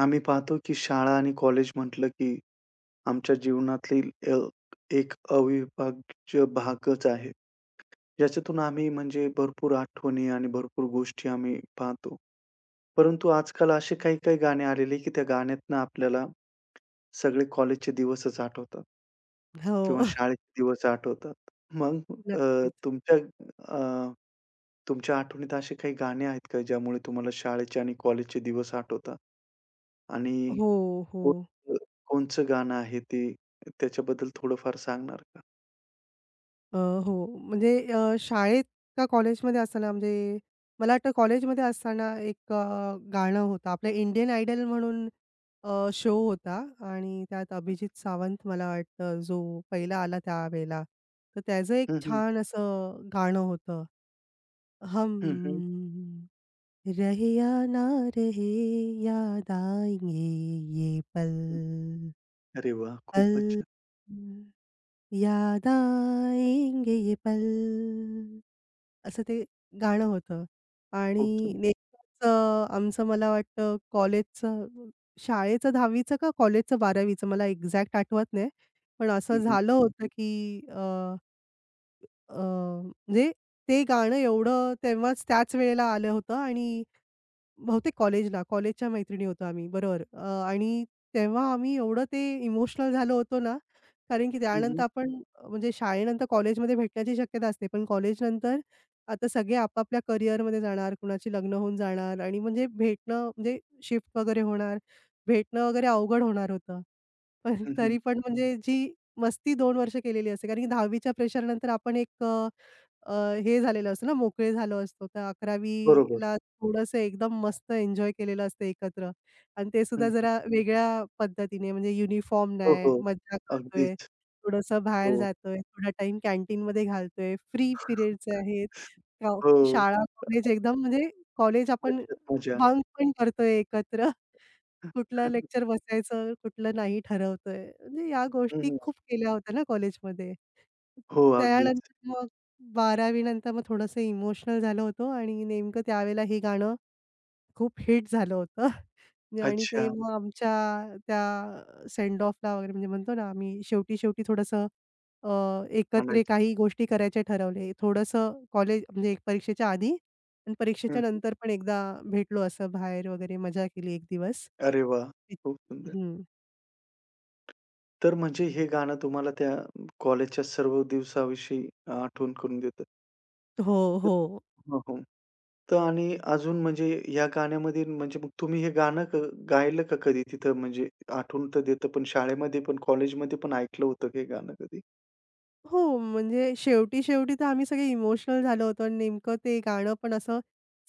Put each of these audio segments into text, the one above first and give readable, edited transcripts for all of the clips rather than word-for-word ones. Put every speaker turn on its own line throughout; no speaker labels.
आम्ही पाहतो की शाळा आणि कॉलेज म्हटलं की आमच्या जीवनातील एक अविभाज्य भागच आहे. याच्यातून आम्ही म्हणजे भरपूर आठवणी आणि भरपूर गोष्टी आम्ही पाहतो. परंतु आजकाल असे काही-काही गाणे आलेले की त्या गाण्यातनं आपल्याला सगळे कॉलेजचे दिवसच आठवतात
हो.
किंवा शाळेचे दिवस आठवतात. मग अ,
नक्कीच.
तुमच्या अ, तुमच्या आठवणीत असे काही गाणे आहेत का ज्यामुळे तुम्हाला शाळेचे आणि कॉलेजचे दिवस आठवतात? आणि
हो, हो.
कोणतं कोणचं गाणं आहे ते? त्याच्याबद्दल थोडंफार सांगणार का?
अ, हो. म्हणजे शाळेत का कॉलेजमध्ये असताना म्हणजे मला वाटतं कॉलेजमध्ये असताना एक गाणं होतं. आपलं इंडियन आयडल म्हणून शो होता आणि त्यात अभिजित सावंत मला वाटतं जो पहिला आला त्यावेळेला. तर त्याचं एक
हं, हं.
छान असं गाणं होतं. हम
हं, हं. हं,
रहे या ना रहे याद आएँगे ये पल.
अरे वाह! खूपच
पल.
छान.
याद आएंगे ये पल, असं ते गाणं होतं
खूप
आणि
सुंदर.
नेमकंच आमचं मला वाटतं कॉलेजचं शाळेचं 10वीचं का कॉलेजचं 12वीचं मला एक्झॅक्ट आठवत नाही. पण असं
हं, हं.
झालं होतं की अ, अ, म्हणजे ते गाणं एवढं तेव्हाच त्याच वेळेला आलं होतं आणि बहुतेक कॉलेजला, कॉलेजच्या मैत्रिणी होतो आम्ही बरोबर. आणि तेव्हा आम्ही एवढं ते इमोशनल झालो होतो ना, कारण की
हं, हं.
त्यानंतर आपण म्हणजे शाळेनंतर कॉलेजमध्ये भेटण्याची शक्यता असते. पण कॉलेजनंतर आता सगळे आपापल्या करिअरमध्ये जाणार, कुणाची लग्न होऊन जाणार आणि म्हणजे भेटणं म्हणजे शिफ्ट वगैरे होणार, भेटणं वगैरे अवघड होणार होतं. पण
हं, हं.
तरी पण म्हणजे जी मस्ती 2 वर्ष केलेली असते. कारण की 10वी च्या प्रेशरनंतर आपण एक अ, अ, हे झालेलं असतं ना, मोकळे झालो असतो. तर
बरोबर.
11वीला थोडंसं एकदम मस्त एन्जॉय केलेलं असतं एकत्र आणि ते
हं,
सुद्धा
हं.
जरा वेगळ्या पद्धतीने म्हणजे युनिफॉर्म
हो, हो.
नाही, मज्जा करतोय,
अगदीच.
थोडंसं बाहेर
हो,
जातोय, थोडा टाईम कॅन्टीनमध्ये घालतोय, फ्री पिरियड्स आहेत. गाव
हो.
शाळा, कॉलेज एकदम म्हणजे कॉलेज आपण
मज्जाच मजा.
बंक पण करतोय एकत्र. कुठलं लेक्चर बसायचं, कुठलं नाही ठरवतोय. म्हणजे या
हं,
गोष्टी
हं.
खूप केल्या होत्या ना कॉलेजमध्ये.
हो, अगदीच.
त्यानंतर मग 12वी नंतर मग थोडंसं इमोशनल झालो होतो आणि नेमकं त्यावेळेला हे गाणं खूप हिट झालं होतं. आणि ते
अच्छा
मग आमच्या त्या सेंड ऑफला वगैरे म्हणजे म्हणतो ना आम्ही शेवटी-शेवटी थोडंसं अ, एकत्र
म्हणायचं.
काही गोष्टी करायचे ठरवले. थोडंसं कॉलेज म्हणजे एक परीक्षेच्या आधी आणि
हं,
परीक्षेच्या
हं.
नंतर पण एकदा भेटलो असं बाहेर वगैरे मजा केली एक दिवस.
अरे वाह! खूप सुंदर.
हं.
तर म्हणजे हे गाणं तुम्हाला त्या कॉलेजच्या सर्व दिवसाविषयी आठवण करून देतं.
हो,
तर
हो.
हो, हो. तर आणि अजून म्हणजे या गाण्यामध्ये म्हणजे मग तुम्ही हे गाणं गायलं का कधी तिथं? म्हणजे आठवण तर देतं, पण शाळेमध्ये पण, कॉलेजमध्ये पण ऐकलं होतं का हे गाणं कधी?
हो, म्हणजे शेवटी-शेवटी तर आम्ही सगळे इमोशनल झालो होतो आणि नेमकं ते गाणं पण असं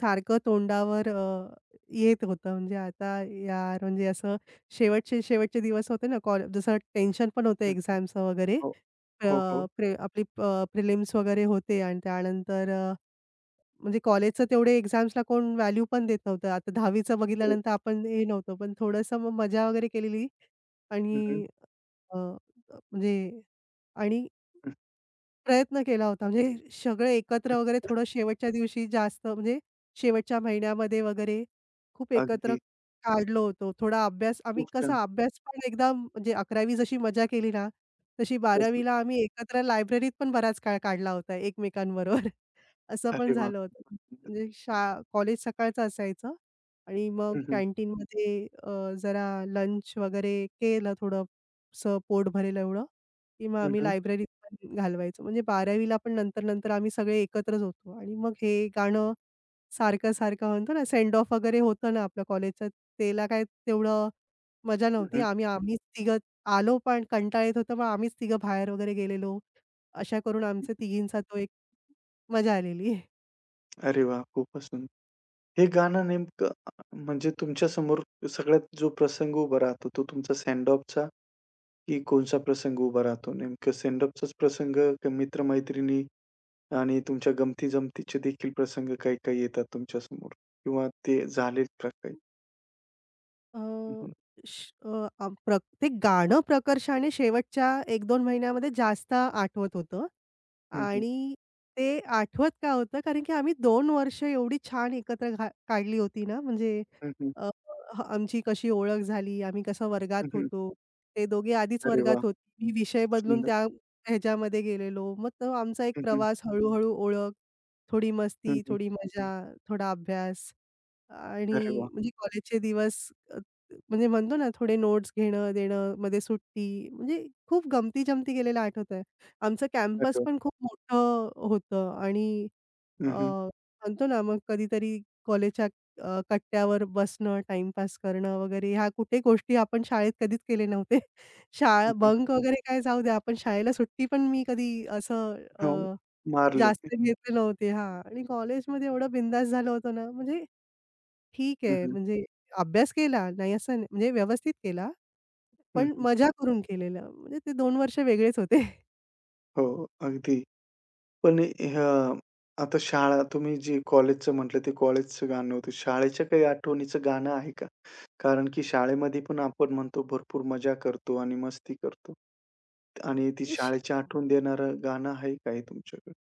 सारखं तोंडावर येत होतं. म्हणजे आता यार, म्हणजे असं शेवटचे शेवटचे दिवस होते ना जसं टेन्शन पण होतं
हं.
एक्झामचं वगैरे.
हो.
अ,
हो, हो.
प्रे आपली प्रिलिम्स वगैरे होते आणि त्यानंतर म्हणजे कॉलेजचं तेवढे एक्झाम्सला कोण व्हॅल्यू पण देत नव्हतं. आता 10वीचं
बरोबर.
बघितल्यानंतर आपण हे नव्हतो. पण थोडंसं मग मजा वगैरे केलेली
हं, हं.
आणि अ, म्हणजे आणि
हं.
प्रयत्न केला होता. म्हणजे सगळं एकत्र वगैरे थोडं शेवटच्या दिवशी जास्त म्हणजे शेवटच्या महिन्यामध्ये वगैरे खूप एकत्र
अगदी.
काढलो होतो. थोडा अभ्यास आम्ही
खूप छान.
कसा अभ्यास पण एकदम म्हणजे 11वी जशी मजा केली ना, तशी
तसं.
12वीला आम्ही एकत्र लायब्ररीत पण बराच काळ काढला होता एकमेकांबरोबर. असं पण
अरे वाह!
झालं होतं. म्हणजे कॉलेज सकाळचं असायचं आणि मग
हं, हं.
कॅन्टीनमध्ये अ, जरा लंच वगैरे केलं थोडंसं पोट भरेल एवढं, की मग
हं,
आम्ही
हं.
लायब्ररीत पण घालवायचो. म्हणजे 12वीला पण नंतर-नंतर आम्ही सगळे एकत्रच होतो आणि मग हे गाणं सारखं-सारखं म्हणतो ना, सेंड ऑफ वगैरे होतं ना आपल्या कॉलेजचं, त्याला काय तेवढं मजा
हं,
नव्हती.
हं.
आम्हीच तिघं आलो पण कंटाळा येत होता, मग आम्हीच तिघं बाहेर वगैरे गेलेलो. अशा करून आमच्या तिघींचा तो एक मजा आलेली.
अरे वाह! खूपच सुंदर. हे गाणं नेमकं म्हणजे तुमच्यासमोर सगळ्यात जो प्रसंग उभा राहतो, तो तुमचा सेंड ऑफचा की कोणचा प्रसंग उभा राहतो? नेमकं सेंड ऑफचाच प्रसंग का मित्र आणि तुमच्या गमती-जमतीचे देखील प्रसंग काही-काही येतात तुमच्यासमोर किंवा ते झालेत का काही?
अ,
हं, हं.
श अ, आ प्रक ते गाणं प्रकर्षाने शेवटच्या 1-2 महिन्यामध्ये जास्त आठवत होतं
हं, हं.
आणि ते आठवत का होतं? कारण की आम्ही 2 वर्ष एवढी छान एकत्र काढली होती ना, म्हणजे
हं, हं.
अ, ह आमची कशी ओळख झाली, आम्ही कसं वर्गात
हं, हं.
होतो. ते दोघे आधीच
अरे
वर्गात
वाह!
होते. मी विषय बदलून
सुंदर.
त्या ह्याच्यामध्ये गेलेलो. मग तो आमचा एक
हं, हं.
प्रवास हळू ओळख, थोडी
हं,
मस्ती,
हं.
थोडी मजा, थोडा अभ्यास.
अरे
आणि
वाह!
म्हणजे कॉलेजचे दिवस अ, म्हणजे म्हणतो ना थोडे नोट्स घेणं, देणं, मध्ये सुट्टी म्हणजे खूप गमती-जमती केलेलं आठवतंय. आमचं
अरे
कॅम्पस
वाह!
पण खूप मोठं होतं आणि अ,
हं, हं.
म्हणतो ना मग कधीतरी कॉलेजच्या कट्ट्यावर बसणं, टाईमपास करणं वगैरे ह्या कुठे गोष्टी आपण शाळेत कधीच केले नव्हते.
हं,
शाळा
हं.
बंक वगैरे काय जाऊ द्या, आपण शाळेला सुट्टी पण मी कधी असं
हो, मारले ते.
जास्त घेतले नव्हते हां. आणि कॉलेजमध्ये एवढं बिंदास झालं होतं ना म्हणजे ठीक
हं,
आहे.
हं.
म्हणजे अभ्यास केला, नाही असं नाही म्हणजे व्यवस्थित केला,
हं,
पण
हं.
मजा करून केलेलं. म्हणजे ते 2 वर्ष वेगळेच होते.
हो, अगदी. पण ह्या आता शाळा तुम्ही जे कॉलेजचं म्हटलं ते कॉलेजचं गाणं होतं. शाळेच्या काही आठवणीचं गाणं आहे का? कारण की शाळेमध्ये पण आपण म्हणतो भरपूर मजा करतो आणि मस्ती करतो. आणि ती
म्हणजे
शाळेची आठवण देणारं गाणं आहे काही तुमच्याकडे?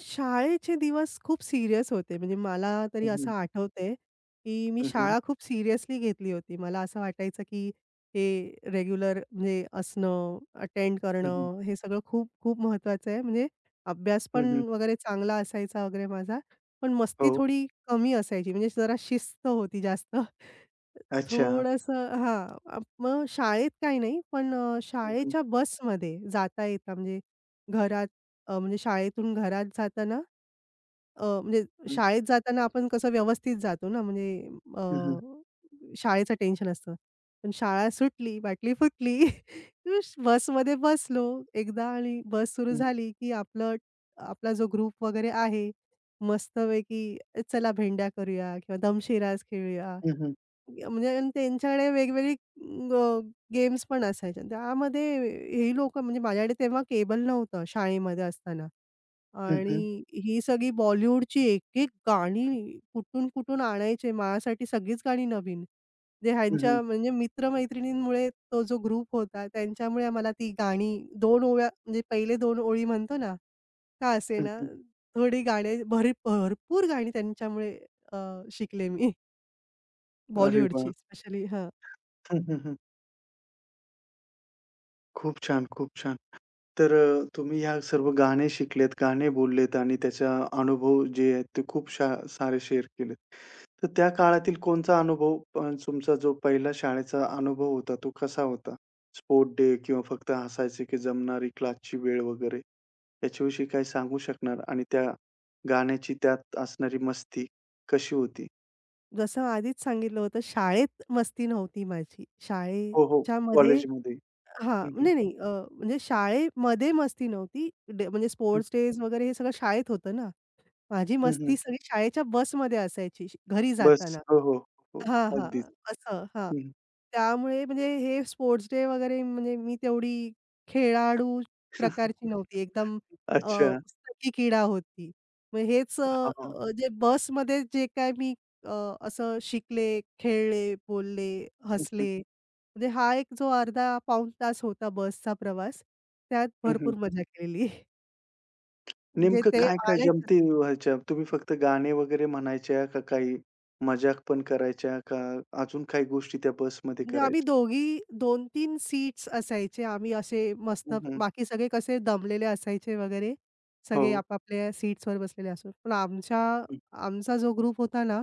शाळेचे दिवस खूप सीरियस होते. म्हणजे मला
हं,
तरी असं
हं.
आठवतंय, की मी
हं, हं.
शाळा खूप सीरियसली घेतली होती. मला असं वाटायचं, की हे रेग्युलर म्हणजे असणं, अटेंड
हं, हं.
करणं, हे सगळं खूप खूप महत्त्वाचं आहे. म्हणजे अभ्यास
हं,
पण
हं.
वगैरे चांगला असायचा वगैरे माझा. पण मस्ती
हो.
थोडी कमी असायची. म्हणजे जरा शिस्त होती जास्त.
अच्छा.
थोडंसं हां. मग शाळेत काही नाही, पण
हं.
शाळेच्या बसमध्ये जाता येता म्हणजे घरात म्हणजे शाळेतून घरात जाताना अ, म्हणजे
हं,
शाळेत जाताना आपण कसं व्यवस्थित जातो ना, म्हणजे
हं, हं.
शाळेचं टेन्शन असतं. पण शाळा सुटली, बाटली फुटली, बसमध्ये बसलो एकदा आणि बस सुरू
हं, हं.
झाली, की आपला जो ग्रुप वगैरे आहे, मस्तपैकी चला भेंड्या करूया किंवा दमशिराज खेळूया.
हं, हं.
म्हणजे आणि त्यांच्याकडे वेगवेगळी गेम्स पण असायच्या. त्यामध्ये ही लोकं म्हणजे माझ्याकडे तेव्हा केबल नव्हतं शाळेमध्ये असताना.
हं, हं.
आणि ही सगळी बॉलिवूडची एक-एक गाणी कुठून-कुठून आणायचे. माझ्यासाठी सगळीच गाणी नवीन. जे ह्यांच्या म्हणजे मित्र-मैत्रिणींमुळे तो जो ग्रुप होता त्यांच्यामुळे मला ती गाणी दोन ओव्या म्हणजे पहिले दोन ओळी म्हणतो ना, का
हं,
असेना
हं.
थोडी गाणी भरपूर गाणी त्यांच्यामुळे अ, शिकले मी
अरे वाह!
बॉलिवूडची स्पेशली हां.
हं, हं, हं. खूप छान, खूप छान. तर तुम्ही ह्या सर्व गाणे शिकलेत, गाणे बोललेत आणि त्याचा अनुभव जे आहेत ते खूप सारे शेअर केलेत. तर त्या काळातील कोणता अनुभव तुमचा जो पहिला शाळेचा अनुभव होता तो कसा होता? स्पोर्ट डे किंवा फक्त हसायचे की जमणारी क्लासची वेळ वगैरे याच्याविषयी काही सांगू शकणार? आणि त्या गाण्याची त्यात असणारी मस्ती कशी होती?
जसं आधीच सांगितलं होतं शाळेत मस्ती नव्हती माझी.
हो, हो.
शाळेच्यामध्ये
कॉलेजमध्ये.
हां.
हं, हं.
नाही, नाही. म्हणजे शाळेमध्ये मस्ती नव्हती. डे म्हणजे
हं,
स्पोर्ट्स डेज वगैरे हे सगळं शाळेत होतं ना. माझी
हं, हं.
मस्ती सगळी शाळेच्या बसमध्ये असायची घरी
बस.
जाताना.
हो, हो, हो.
हां, हां.
अगदीच.
असं, हां.
हं.
त्यामुळे म्हणजे हे स्पोर्ट्स डे वगैरे म्हणजे मी तेवढी खेळाडू प्रकारची नव्हती. एकदम
अच्छा.
पुस्तकी किडा होती. मग हेच अ,
हां, हां.
अ, जे बसमध्ये जे काय मी अ, असं शिकले, खेळले, बोलले,
हं, हं.
हसले. म्हणजे हा एक जो अर्धा पाऊण तास होता बसचा प्रवास, त्यात
हं, हं.
भरपूर मजा केलेली. म्हणजे
नेमकं
ते
काय-काय
आलेच
जमते व्हायच्या? तुम्ही फक्त गाणे वगैरे म्हणायच्या का काही मजाक पण करायच्या का अजून काही गोष्टी त्या बसमध्ये
म्हणजे आम्ही
करायच्या?
दोघी 2-3 सीट्स असायचे. आम्ही असे मस्त
हं, हं.
बाकी सगळे कसे दमलेले असायचे वगैरे.
हो.
सगळे आपापल्या सीट्सवर बसलेले असो. पण
हं,
आमचा जो ग्रुप होता ना,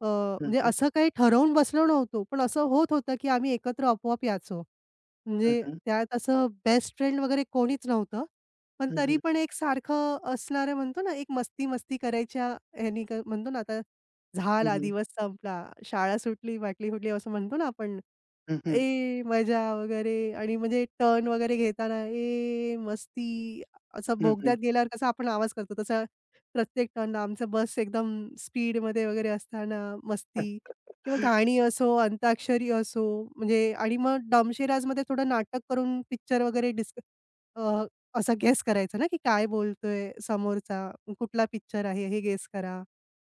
अ,
हं,
म्हणजे
हं.
असं काही ठरवून बसलो नव्हतो. पण असं होत होतं, की आम्ही एकत्र आपोआप यायचो.
हं,
म्हणजे
हं.
त्यात असं बेस्ट फ्रेंड वगैरे कोणीच नव्हतं. पण
हं,
तरी
हं.
पण एक सारखं असणारं म्हणतो ना, एक मस्ती-मस्ती करायच्या म्हणतो ना, आता
हं,
झाला
हं.
दिवस संपला, शाळा सुटली, बाटली फुटली असं म्हणतो ना आपण.
हं, हं.
ए मजा वगैरे आणि म्हणजे टर्न वगैरे घेताना ए मस्ती असं
हं, हं.
बोगद्यात गेल्यावर कसा आपण आवाज करतो तसा प्रत्येक टर्नला आमचं बस एकदम स्पीडमध्ये वगैरे असताना मस्ती किंवा गाणी असो, अंताक्षरी असो म्हणजे आणि मग डमशेराजमध्ये थोडं नाटक करून पिक्चर वगैरे अ, असा गेस करायचा ना, की काय बोलतोय समोरचा, कुठला पिक्चर आहे हे गेस करा.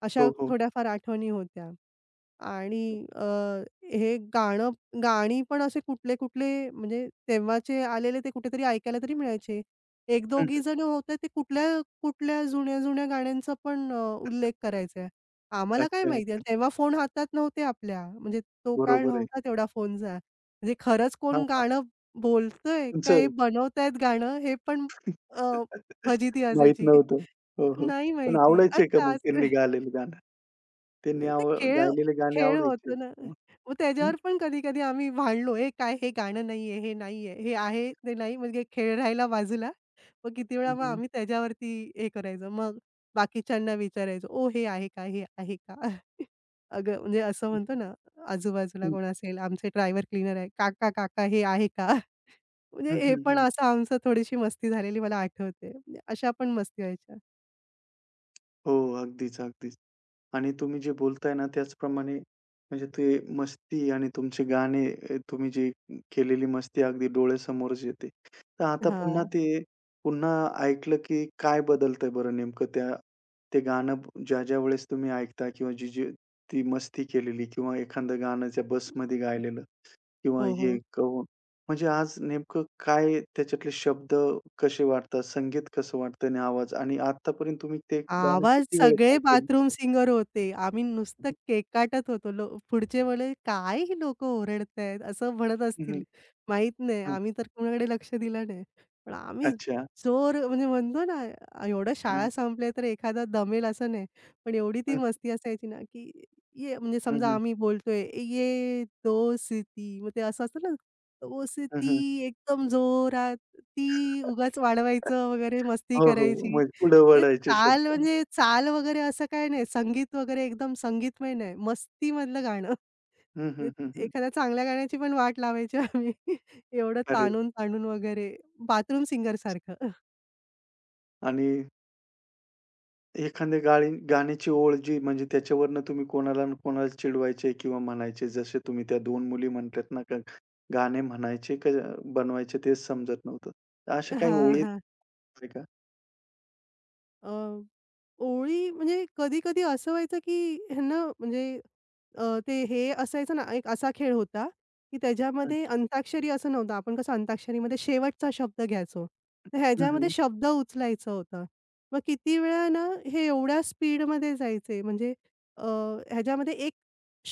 अशा
हो, हो.
थोड्याफार आठवणी होत्या. आणि अ, हे गाणं गाणी पण असे कुठले-कुठले म्हणजे तेव्हाचे आलेले ते कुठेतरी ऐकायला तरी मिळायचे.
हं,
1-2घी
हं.
जण होते ते कुठल्या-कुठल्या जुन्या-जुन्या गाण्यांचा पण उल्लेख करायचे. आम्हाला काय माहिती
अच्छा.
आणि तेव्हा फोन हातात नव्हते आपल्या. म्हणजे तो काळ
बरोबर आहे.
नव्हता तेवढा फोनचा. म्हणजे खरंच
हां,
कोण
हां.
गाणं बोलतोय का हे
तुमचं
बनवतायत गाणं हे पण अ, फजिती
माहीत
असायची.
नव्हतं. हो, हो.
नाही
पण
माहिती.
आवडायचे का
अच्छा
मग
असं
त्यांनी गायलेलं गाणं? त्यांनी
ते
आव
खेळ
गायलेले गाणे
खेळ
आवडायचे?
होतो ना.
हं,
मग त्याच्यावर पण कधी-कधी आम्ही भांडलो, "हे काय हे गाणं नाहीये, हे नाहीये, हे आहे ते नाही." म्हणजे खेळ राहिला बाजूला. मग किती वेळा
हं,
मग
हं.
आम्ही त्याच्यावरती हे करायचो. मग बाकीच्यांना विचारायचो, "ओ, हे आहे का? हे आहे का?" अगं म्हणजे असं
हं,
म्हणतो ना, आजूबाजूला
हं.
कोण असेल, "आमचे ड्रायव्हर क्लीनर आहे. काका, काका हे आहे का?" म्हणजे
हं,
हे पण
हं,
असं आमचं थोडीशी मस्ती झालेली मला आठवते. म्हणजे अशा पण मस्ती व्हायच्या.
हो. अगदीच, अगदीच. आणि तुम्ही जे बोलताय ना त्याचप्रमाणे म्हणजे ते मस्ती आणि तुमचे गाणे तुम्ही जी केलेली मस्ती अगदी डोळ्यासमोरच येते. तर आता
हां.
पुन्हा ऐकलं की काय बदलतंय बरं नेमकं ते गाणं ज्या-ज्या वेळेस तुम्ही ऐकता किंवा जी-जी ती मस्ती केलेली किंवा एखादं गाणं त्या बसमध्ये गायलेलं किंवा
हो,
हे
हो.
कहून म्हणजे आज नेमकं काय त्याच्यातले शब्द कसे वाटतात, संगीत कसं वाटतं आणि आवाज आणि आत्तापर्यंत तुम्ही ते गाणं
आवाज
किती वेळेस
सगळे
ऐकलेलं?
बाथरूम सिंगर होते. आम्ही नुसतं केकाटत होतो. पुढचे म्हणाले, "काय ही लोकं ओरडतायत?" असं म्हणत असतील. माहीत नाही.
हं,
आम्ही तर कोणाकडे लक्ष दिलं नाही. पण आम्ही
अच्छा.
म्हणजे म्हणतो ना, एवढं
हं,
शाळा संपली तर एखादा दमेल असं नाही. पण एवढी ती
हं,
मस्ती असायची ना, की ये म्हणजे
हं,
समजा
हं,
आम्ही बोलतोय, "ये दोस्ती" मग ते असं असतं ना,
हं,
दोस्ती
हं.
एकदम जोरात, ती उगाच वाढवायचं वगैरे मस्ती
हो, हो.
करायची.
म्हणजे पुढे
म्हणजे
वळायचे
चाल
शब्द.
म्हणजे चाल वगैरे असं काही नाही. संगीत वगैरे एकदम संगीतमय नाही. मस्तीमधलं गाणं.
हं,
ते
हं, हं, हं.
एखाद्या चांगल्या गाण्याची पण वाट लावायची आम्ही. एवढं
अरे!
ताणून-ताणून वगैरे बाथरूम सिंगरसारखं.
आणि एखाद्या गाणी गाण्याची ओळ जी म्हणजे त्याच्यावरनं तुम्ही कोणाला ना कोणाला चिडवायचे किंवा म्हणायचे. जसे तुम्ही त्या दोन मुली म्हटल्यात ना, का गाणे म्हणायचे का बनवायचे तेच समजत नव्हतं. तर अशा काही
हां,
ओळी
हां.
आहेत का?
अ, ओळी म्हणजे कधी-कधी असं व्हायचं की ह्यांना म्हणजे अ, ते हे असायचं ना, एक असा खेळ होता, की
हं,
त्याच्यामध्ये अंताक्षरी असं नव्हतं. आपण कसं अंताक्षरीमध्ये शेवटचा शब्द घ्यायचो. तर
हं,
ह्याच्यामध्ये
हं,
शब्द उचलायचं होतं. मग किती वेळा ना, हे एवढ्या स्पीडमध्ये जायचे म्हणजे अ, ह्याच्यामध्ये एक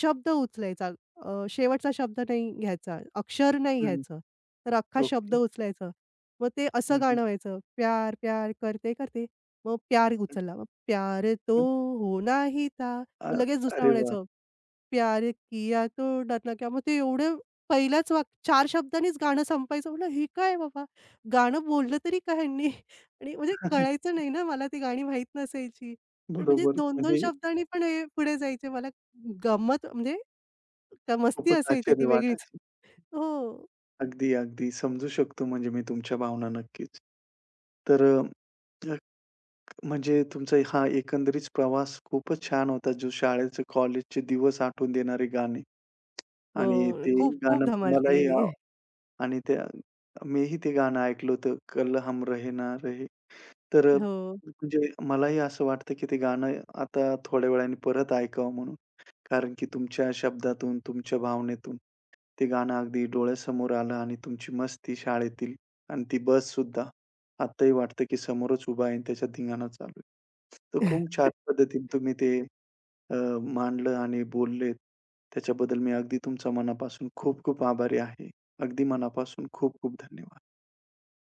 शब्द उचलायचा. शेवटचा शब्द नाही घ्यायचा, अक्षर नाही
हं.
घ्यायचं, तर अख्खा शब्द
ओके.
उचलायचं. मग ते
हं,
असं
हं,
गाणं व्हायचं, प्यार प्यार करते करते, मग प्यार
हं,
उचलला, मग प्यार तो
हं.
होना ही था,
अ,
मग लगेच दुसरा
अरे वाह!
म्हणायचं प्यार किया तो डरना क्या. मग ते एवढं पहिल्याच वाक्य 4 शब्दांनीच गाणं संपायचं. म्हटलं हे काय बाबा? गाणं बोललं तरी काय यांनी? आणि म्हणजे कळायचं नाही ना मला ती गाणी माहीत नसायची. पण म्हणजे
बरोबर.
2-2
म्हणजे
शब्दांनी पण हे पुढे जायचे. मला गंमत म्हणजे त्या मस्ती
खूपच
असायची ती
आश्चर्य
वेगळीच.
वाटायचं.
हो.
अगदी, अगदी. समजू शकतो म्हणजे मी तुमच्या भावना नक्कीच. तर म्हणजे तुमचा हा एकंदरीत प्रवास खूपच छान होता, जो शाळेचे, कॉलेजचे दिवस आठवून देणारे गाणे
हो.
आणि ते
खूप, खूप
गाणं
धमाल
तुम्हालाही
केलेली
आ
आहे.
आणि त्या मीही ते गाणं ऐकलं होतं, कल हम रहे ना रहे. तर
हो.
म्हणजे मलाही असं वाटतं, की ते गाणं आता थोड्या वेळाने परत ऐकावं म्हणून. कारण की तुमच्या शब्दातून, तुमच्या भावनेतून ते गाणं अगदी डोळ्यासमोर आलं आणि तुमची मस्ती शाळेतील आणि ती बससुद्धा. आत्ताही वाटतं की समोरच उभा आहे आणि त्याच्या धिंगाणा चालू आहे. तर खूप छान पद्धतीने तुम्ही ते अ, मांडलं आणि बोललेत. त्याच्याबद्दल मी अगदी तुमचा मनापासून खूप खूप आभारी आहे. अगदी मनापासून खूप खूप धन्यवाद.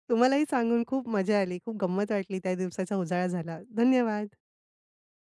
तुम्हालाही सांगून खूप मजा आली. खूप गंमत वाटली. त्या दिवसाचा उजाळा झाला. धन्यवाद.